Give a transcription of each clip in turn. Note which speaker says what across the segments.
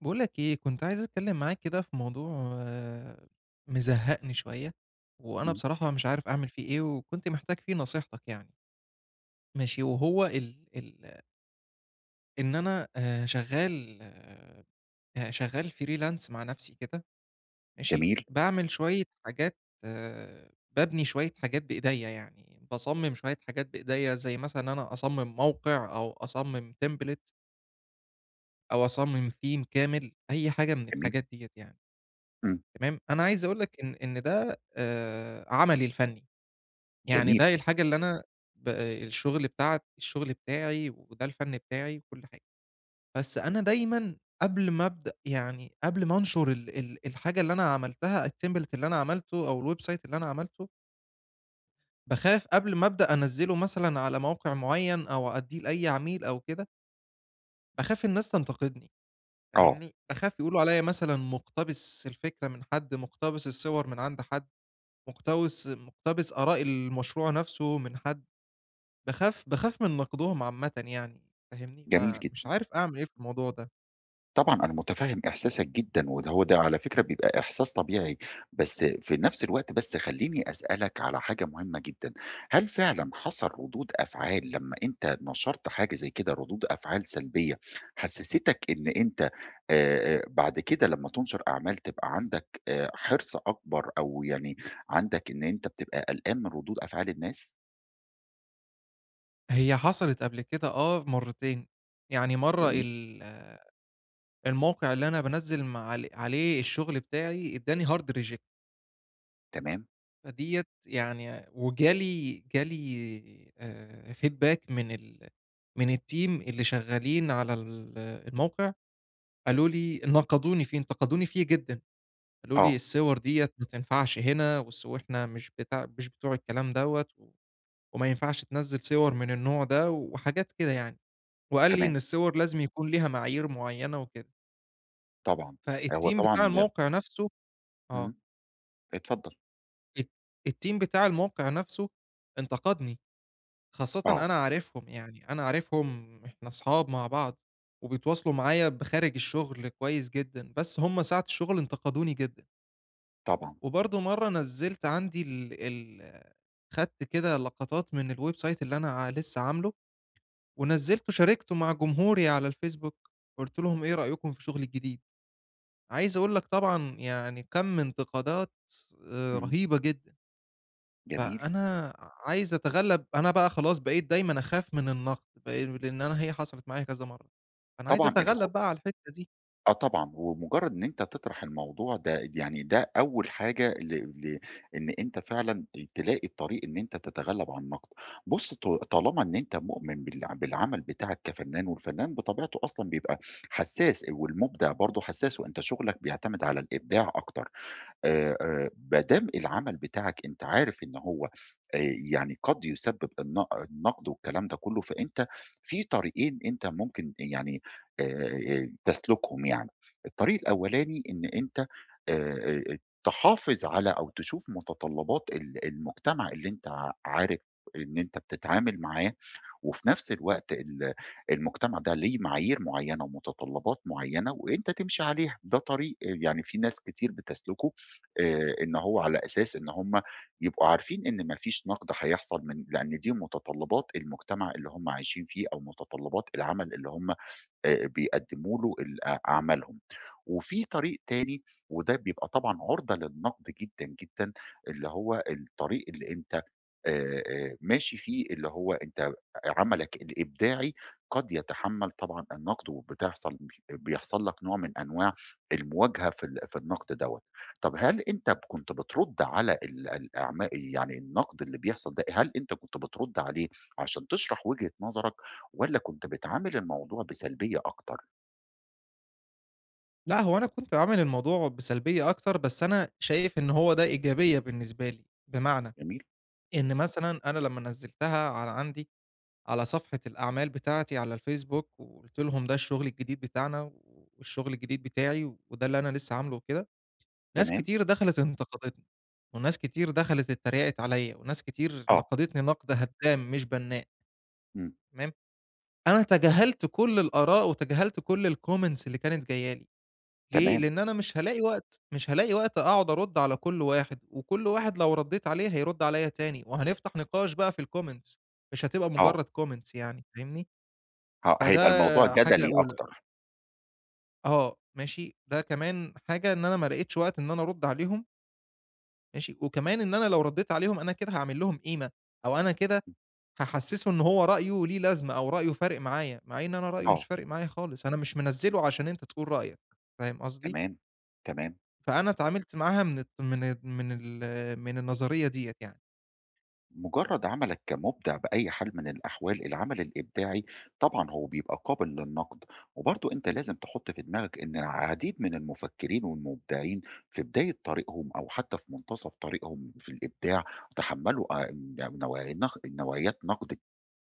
Speaker 1: باقول لك إيه، كنت عايز أتكلّم معاك كده في موضوع مزهّقني شوية، وأنا
Speaker 2: إمم،
Speaker 1: بصراحة مش عارف أعمل فيه إيه، وكنت محتاج فيه نصيحتك يعني. ماشي، وهو ال ال إن أنا شغّال. شغّال freelance مع نَفْسي كده. ماشي،
Speaker 2: جميل،
Speaker 1: باعمل شوية حاجات. بابني شوية حاجات بإيديّا يعني، باصمِّم شوية حاجات بإيديّا زي مثلًا إن أنا أصمِّم موقع أو أصمِّم template أو أصمِّم theme كامل، أي حاجة من
Speaker 2: جميل،
Speaker 1: الحاجات ديّة يعني.
Speaker 2: إمم،
Speaker 1: تمام، أنا عايز أقول لك إن ده عملي الفني، يعني
Speaker 2: جميل،
Speaker 1: ده الحاجة اللي أنا ب الشغل بتاع الشغل بتاعي وده الفن بتاعي وكل حاجة، بس أنا دايمًا قبل ما أبدأ يعني قبل ما أنشر ال ال الحاجة اللي أنا عملتها الtemplate اللي أنا عملته أو الwebsite اللي أنا عملته، باخاف قبل ما أبدأ أنزّله مثلًا على موقع معيّن أو أدّيه لأي عميل أو كده، باخاف الناس تنتقدني،
Speaker 2: آه،
Speaker 1: فاهمني؟ باخاف يقولوا عليّا مثلًا مُقتبس الفكرة من حد، مُقتبس الصور من عند حد. مقتبس آراء المشروع نفسه من حد، باخاف من نقدهم عامةً يعني فاهمني،
Speaker 2: جميل
Speaker 1: فمش
Speaker 2: جدًا.
Speaker 1: عارف أعمل إيه في الموضوع ده.
Speaker 2: طبعًا أنا متفهم إحساسك جدًا، وده هو ده على فكرة بيبقى إحساس طبيعي، بس في نفس الوقت بس خلّيني أسألك على حاجة مهمة جدًا، هل فعلًا حصل ردود أفعال لمّا أنت نشرت حاجة زي كده ردود أفعال سلبية، حسستك إن أنت بعد كده لمّا تنشر أعمال تبقى عندك حرص أكبر أو يعني عندك إن أنت بتبقى قلقان من ردود أفعال الناس؟
Speaker 1: هي حصلت قبل كده آه مرّتين، يعني مرّة
Speaker 2: جميل،
Speaker 1: الموقع اللي أنا بانزّل م عل عليه الشغل بتاعي ادّاني hard reject،
Speaker 2: تمام،
Speaker 1: فديّة يعني وجالي feedback من من الteam اللي شغالين على الموقع، قالوا لي نقدوني فيه، انتقدوني فيه جدًا. قالوا لي:
Speaker 2: آه،
Speaker 1: "الصور ديّة ما تنفعش هنا، إحنا مش بتاع مش بتوع الكلام دوّة، وما ينفعش تنزّل صور من النوع ده." وحاجات كده يعني، وقال لي
Speaker 2: تمام.
Speaker 1: إن الصور لازم يكون ليها معايير معيّنة وكده.
Speaker 2: طبعًا، هو
Speaker 1: فالteam بتاع
Speaker 2: طبعًا ي
Speaker 1: الموقع نفسه. آه،
Speaker 2: إمم، اتفضل.
Speaker 1: الت الteam بتاع الموقع نفسه انتقدني، خاصةً
Speaker 2: آه،
Speaker 1: أنا عارفهم يعني، أنا عارفهم إحنا أصحاب مع بعض، وبيتواصلوا معايا بخارج الشغل كويس جدًا، بس هُم ساعة الشغل انتقدوني جدًا.
Speaker 2: طبعًا،
Speaker 1: وبرضه مرّة نزّلت عندي ال ال خدت كده لقطات من الweb site اللي أنا لسه عامله، شاركته مع جمهوري على الفيسبوك، قُلت لهم إيه رأيكم في شغلي الجديد؟ عايز أقول لك طبعًا يعني كَم من انتقادات
Speaker 2: إمم،
Speaker 1: رهيبة جدًا.
Speaker 2: جميل.
Speaker 1: فأنا عايز أتغلّب، أنا بقى خلاص بقيت دايمًا أخاف من النقد، بقي لإن أنا هي حصلت معايا كذا مرّة، فأنا عايز
Speaker 2: طبعًا الخ
Speaker 1: أتغلّب بقى على الحتّة دي.
Speaker 2: آه طبعًا، ومجرّد إن أنت تطرح الموضوع ده يعني ده أول حاجة ل إن أنت فعلًا تلاقي الطريق إن أنت تتغلّب على النقد. بُص، طالما إن أنت مؤمن بالعمل بتاعك كفنان، والفنان بطبيعته أصلًا بيبقى حسّاس والمُبدع برضه حسّاس، وأنت شغلك بيعتمد على الإبداع أكتر. ما دام العمل بتاعك أنت عارف إن هو يعني قد يسبب النقد والكلام ده كله، فأنت في طريقين أنت ممكن يعني تسلُكهم يعني، الطريق الأولاني إن أنت آآ تحافظ على أو تشوف متطلبات المجتمع اللي أنت عارف إن أنت بتتعامل معاه، وفي نفس الوقت المجتمع ده ليه معايير معيّنة ومتطلبات معيّنة وأنت تمشي عليها، ده طريق يعني في ناس كتير بتسلُكه إن هو على أساس إن هم يبقوا عارفين إن ما فيش نقد هيحصل من لإن دي متطلبات المجتمع اللي هم عايشين فيه أو متطلبات العمل اللي هم بيقدموا له ال أ أعمالهم. وفي طريق تاني وده بيبقى طبعًا عُرضة للنقد جدًا، جدًا، اللي هو الطريق اللي أنت ماشي فيه، اللي هو أنت عملك الإبداعي قد يتحمّل طبعًا النقد بيحصل لك نوع من أنواع المواجهة في النقد دوّة. طب هل أنت كنت بترُد على ال الأعما يعني النقد اللي بيحصل ده، هل أنت كنت بترُد عليه عشان تشرح وجهة نظرك والّا كنت بتعامل الموضوع بسلبية أكتر؟
Speaker 1: لأ، هو أنا كنت عامل الموضوع بسلبية أكتر، بس أنا شايف إن هو ده إيجابية بالنسبة لي، بمعنى
Speaker 2: جميل،
Speaker 1: إن مثلًا أنا لمّا نزّلتها على عندي على صفحة الأعمال بتاعتي على الفيسبوك، وقُلت لهم ده الشغل الجديد بتاعنا، والشغل الجديد بتاعي، وده اللي أنا لسه عامله وكده، ناس
Speaker 2: تمام،
Speaker 1: كتير دخلت انتقدتني، وناس كتير دخلت اتريقت عليّا، وناس كتير
Speaker 2: آه،
Speaker 1: نقدتني نقد هدام مش بنّاء،
Speaker 2: إمم،
Speaker 1: تمام؟ أنا تجاهلت كل الآراء وتجاهلت كل الcomments اللي كانت جاية لي. ليه؟
Speaker 2: تمام،
Speaker 1: لإن أنا مش هالاقي وقت، مش هالاقي وقت أقعد أرُد على كل واحد، وكل واحد لو ردّيت عليه هيرُد عليّا تاني، وهنفتح نقاش بقى في الcomments، مش هتبقى
Speaker 2: آه،
Speaker 1: مجرّد comments يعني فاهمني؟
Speaker 2: ه
Speaker 1: فده
Speaker 2: هيبقى الموضوع
Speaker 1: حاجة
Speaker 2: جدلي
Speaker 1: أولى.
Speaker 2: أكتر،
Speaker 1: آه، ماشي، ده كمان حاجة إن أنا ما لقيتش وقت إن أنا أرُد عليهم. ماشي، وكمان إن أنا لو ردّيت عليهم أنا كده هاعمل لهم قيمة، أو أنا كده هاحسّسه إن هو رأيه ليه لازمة أو رأيه فارق معايا، مع إن أنا رأيه مش
Speaker 2: آه،
Speaker 1: فارق معايا خالص، أنا مش منزّله عشان أنت تقول رأيك، فاهم قصدي؟
Speaker 2: تمام، تمام.
Speaker 1: فأنا اتعاملت معاها من الت من ال من ال من النظرية ديّة يعني.
Speaker 2: مجرد عملك كمبدع بأي حال من الأحوال العمل الإبداعي طبعا هو بيبقى قابل للنقد وبرضو أنت لازم تحط في دماغك إن العديد من المفكرين والمبدعين في بداية طريقهم أو حتى في منتصف طريقهم في الإبداع تحملوا نوعيات نقد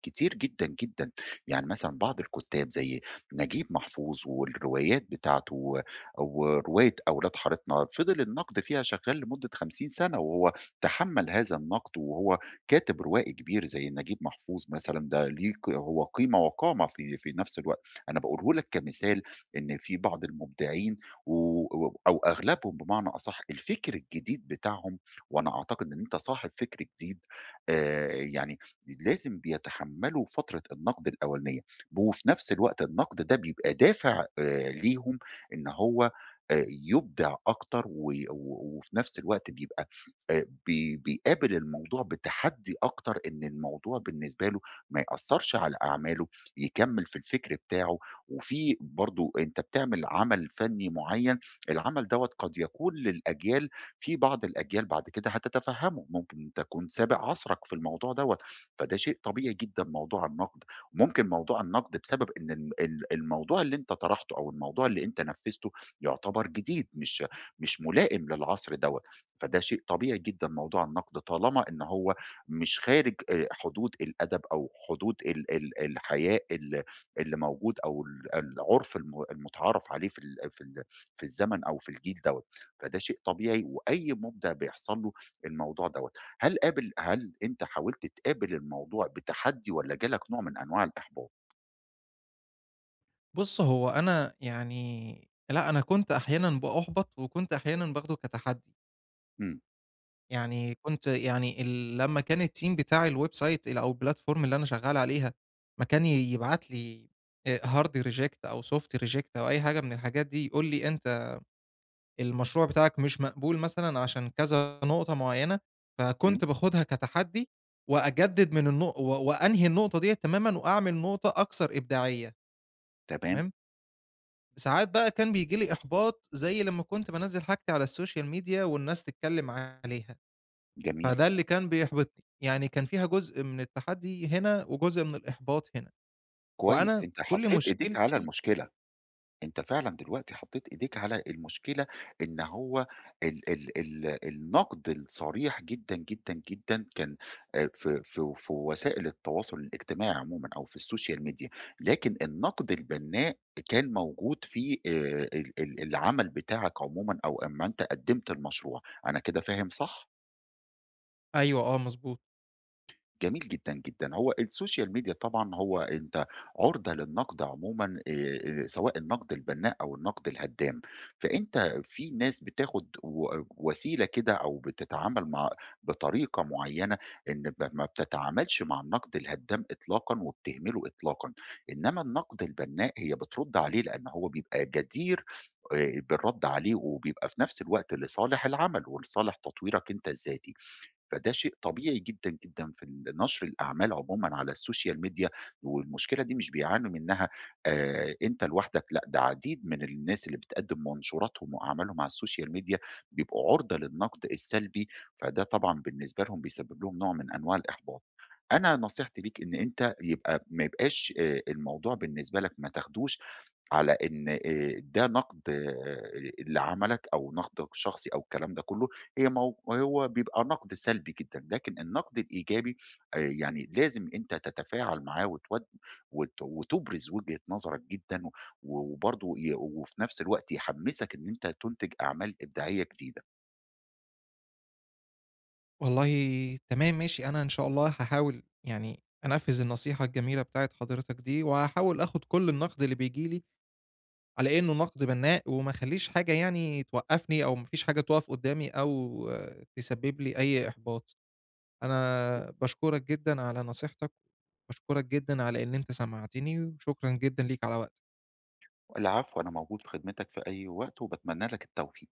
Speaker 2: كتير جدا جدا يعني مثلا بعض الكتاب زي نجيب محفوظ والروايات بتاعته ورواية أولاد حارتنا فضل النقد فيها شغال لمدة 50 سنة وهو تحمل هذا النقد وهو كاتب روائي كبير زي نجيب محفوظ مثلًا، ده ليه هو قيمة وقامة في نفس الوقت. أنا باقوله لك كمثال إن في بعض المبدعين و و أو أغلبهم بمعنى أصح، الفكر الجديد بتاعهم وأنا أعتقد إن أنت صاحب فكر جديد يعني لازم بيتحمّلوا فترة النقد الأولانية، وفي نفس الوقت النقد ده بيبقى دافع ليهم إن هو يُبدع أكتر و و وفي نفس الوقت بيبقى بي بيقابل الموضوع بتحدّي أكتر إن الموضوع بالنسبة له ما يأثّرش على أعماله، يكمّل في الفكر بتاعه، وفي برضه أنت بتعمل عمل فني معيّن، العمل دوّة قد يكون للأجيال في بعض الأجيال بعد كده هتتفهّمه، ممكن تكون سابق عصرك في الموضوع دوّة، فده شيء طبيعي جدًا موضوع النقد، ممكن موضوع النقد بسبب إن الموضوع اللي أنت طرحته أو الموضوع اللي أنت نفّذته يعتبر جديد مش ملائم للعصر دوّة، فده شيء طبيعي جدًا موضوع النقد طالما إن هو مش خارج حدود الأدب أو حدود ال ال الحياء ال اللي موجود أو العُرف المُتعارف عليه في الزمن أو في الجيل دوّة، فده شيء طبيعي وأي مُبدع بيحصل له الموضوع دوّة. هل أنت حاولت تقابل الموضوع بتحدّي والّا جالك نوع من أنواع الإحباط؟
Speaker 1: بُص، هو أنا يعني لأ، أنا كنت أحيانًا بأُحبط وكنت أحيانًا باخده كتحدي.
Speaker 2: إمم،
Speaker 1: يعني كنت يعني لمّا كان الteam بتاع الwebsite أو الplatform اللي أنا شغّال عليها أمّا كان يبعت لي hard reject أو soft reject أو أي حاجة من الحاجات دي، يقول لي: "أنت المشروع بتاعك مش مقبول مثلًا عشان كذا نقطة معيّنة".
Speaker 2: إمم،
Speaker 1: فكنت باخدها كتحدي وأجدد من النق و وأنهي النقطة ديّة تمامًا وأعمل نقطة أكثر إبداعية.
Speaker 2: تمام،
Speaker 1: تمام، ساعات بقى كان بييجي لي إحباط زي لمّا كنت بانزّل حاجتي على السوشيال ميديا والناس تتكلم عليها،
Speaker 2: جميل،
Speaker 1: فده اللي كان بيحبطني، يعني كان فيها جزء من التحدي هنا وجزء من الإحباط هنا،
Speaker 2: كويس،
Speaker 1: وأنا
Speaker 2: أنت
Speaker 1: كل
Speaker 2: حطّيت إيديك على
Speaker 1: مشكلتي.
Speaker 2: المشكلة. أنت فعلًا دلوقتي حطيت إيديك على المشكلة، إن هو ال ال ال النقد الصريح جدًا، جدًا، جدًا كان في وسائل التواصل الاجتماعي عمومًا أو في السوشيال ميديا، لكن النقد البناء كان موجود في ال ال العمل بتاعك عمومًا أو أمّا أنت قدّمت المشروع، أنا كده فاهم صح؟
Speaker 1: أيوه، آه مضبوط.
Speaker 2: جميل جدًا، جدًا. هو السوشيال ميديا طبعًا هو أنت عُرضة للنقد عمومًا سواء النقد البنّاء أو النقد الهدّام، فأنت في ناس بتاخد وسيلة كده أو بتتعامل مع بطريقة معيّنة إن ما بتتعاملش مع النقد الهدّام إطلاقًا وبتهمله إطلاقًا، إنّما النقد البنّاء هي بترُد عليه لإن هو بيبقى جدير بالرَد عليه وبيبقى في نفس الوقت لصالح العمل ولصالح تطويرك أنت الذاتي. فده شيء طبيعي جدًا، جدًا في نشر الأعمال عمومًا على السوشيال ميديا، والمشكلة دي مش بيعانوا منها أنت لوحدك، لأ ده عديد من الناس اللي بتقدم منشوراتهم وأعمالهم على السوشيال ميديا بيبقوا عُرضة للنقد السلبي، فده طبعًا بالنسبة لهم بيسبب لهم نوع من أنواع الإحباط. أنا نصيحتي ليك إن أنت يبقى ما يبقاش الموضوع بالنسبة لك ما تاخدوش على إن ده نقد لعملك أو نقدك الشخصي أو الكلام ده كله، هي مو هو بيبقى نقد سلبي جدًا، لكن النقد الإيجابي يعني لازم أنت تتفاعل معاه وتود وت وتبرز وجهة نظرك جدًا، و وبرضه ي وفي نفس الوقت يحمّسك إن أنت تنتج أعمال إبداعية جديدة.
Speaker 1: والله تمام ماشي، أنا إن شاء الله هاحاول يعني أنفّذ النصيحة الجميلة بتاعة حضرتك دي، وهاحاول آخُد كل النقد اللي بييجي لي على إنه نقد بنّاء، وما اخلّيش حاجة يعني توقّفني أو ما فيش حاجة تُقف قدّامي أو آه، تسبب لي أي إحباط. أنا باشكرك جدًا على نصيحتك، وباشكرك جدًا على إن أنت سمعتني، وشكرًا جدًا ليك على وقتك.
Speaker 2: العفو، أنا موجود في خدمتك في أي وقت، وباتمنى لك التوفيق.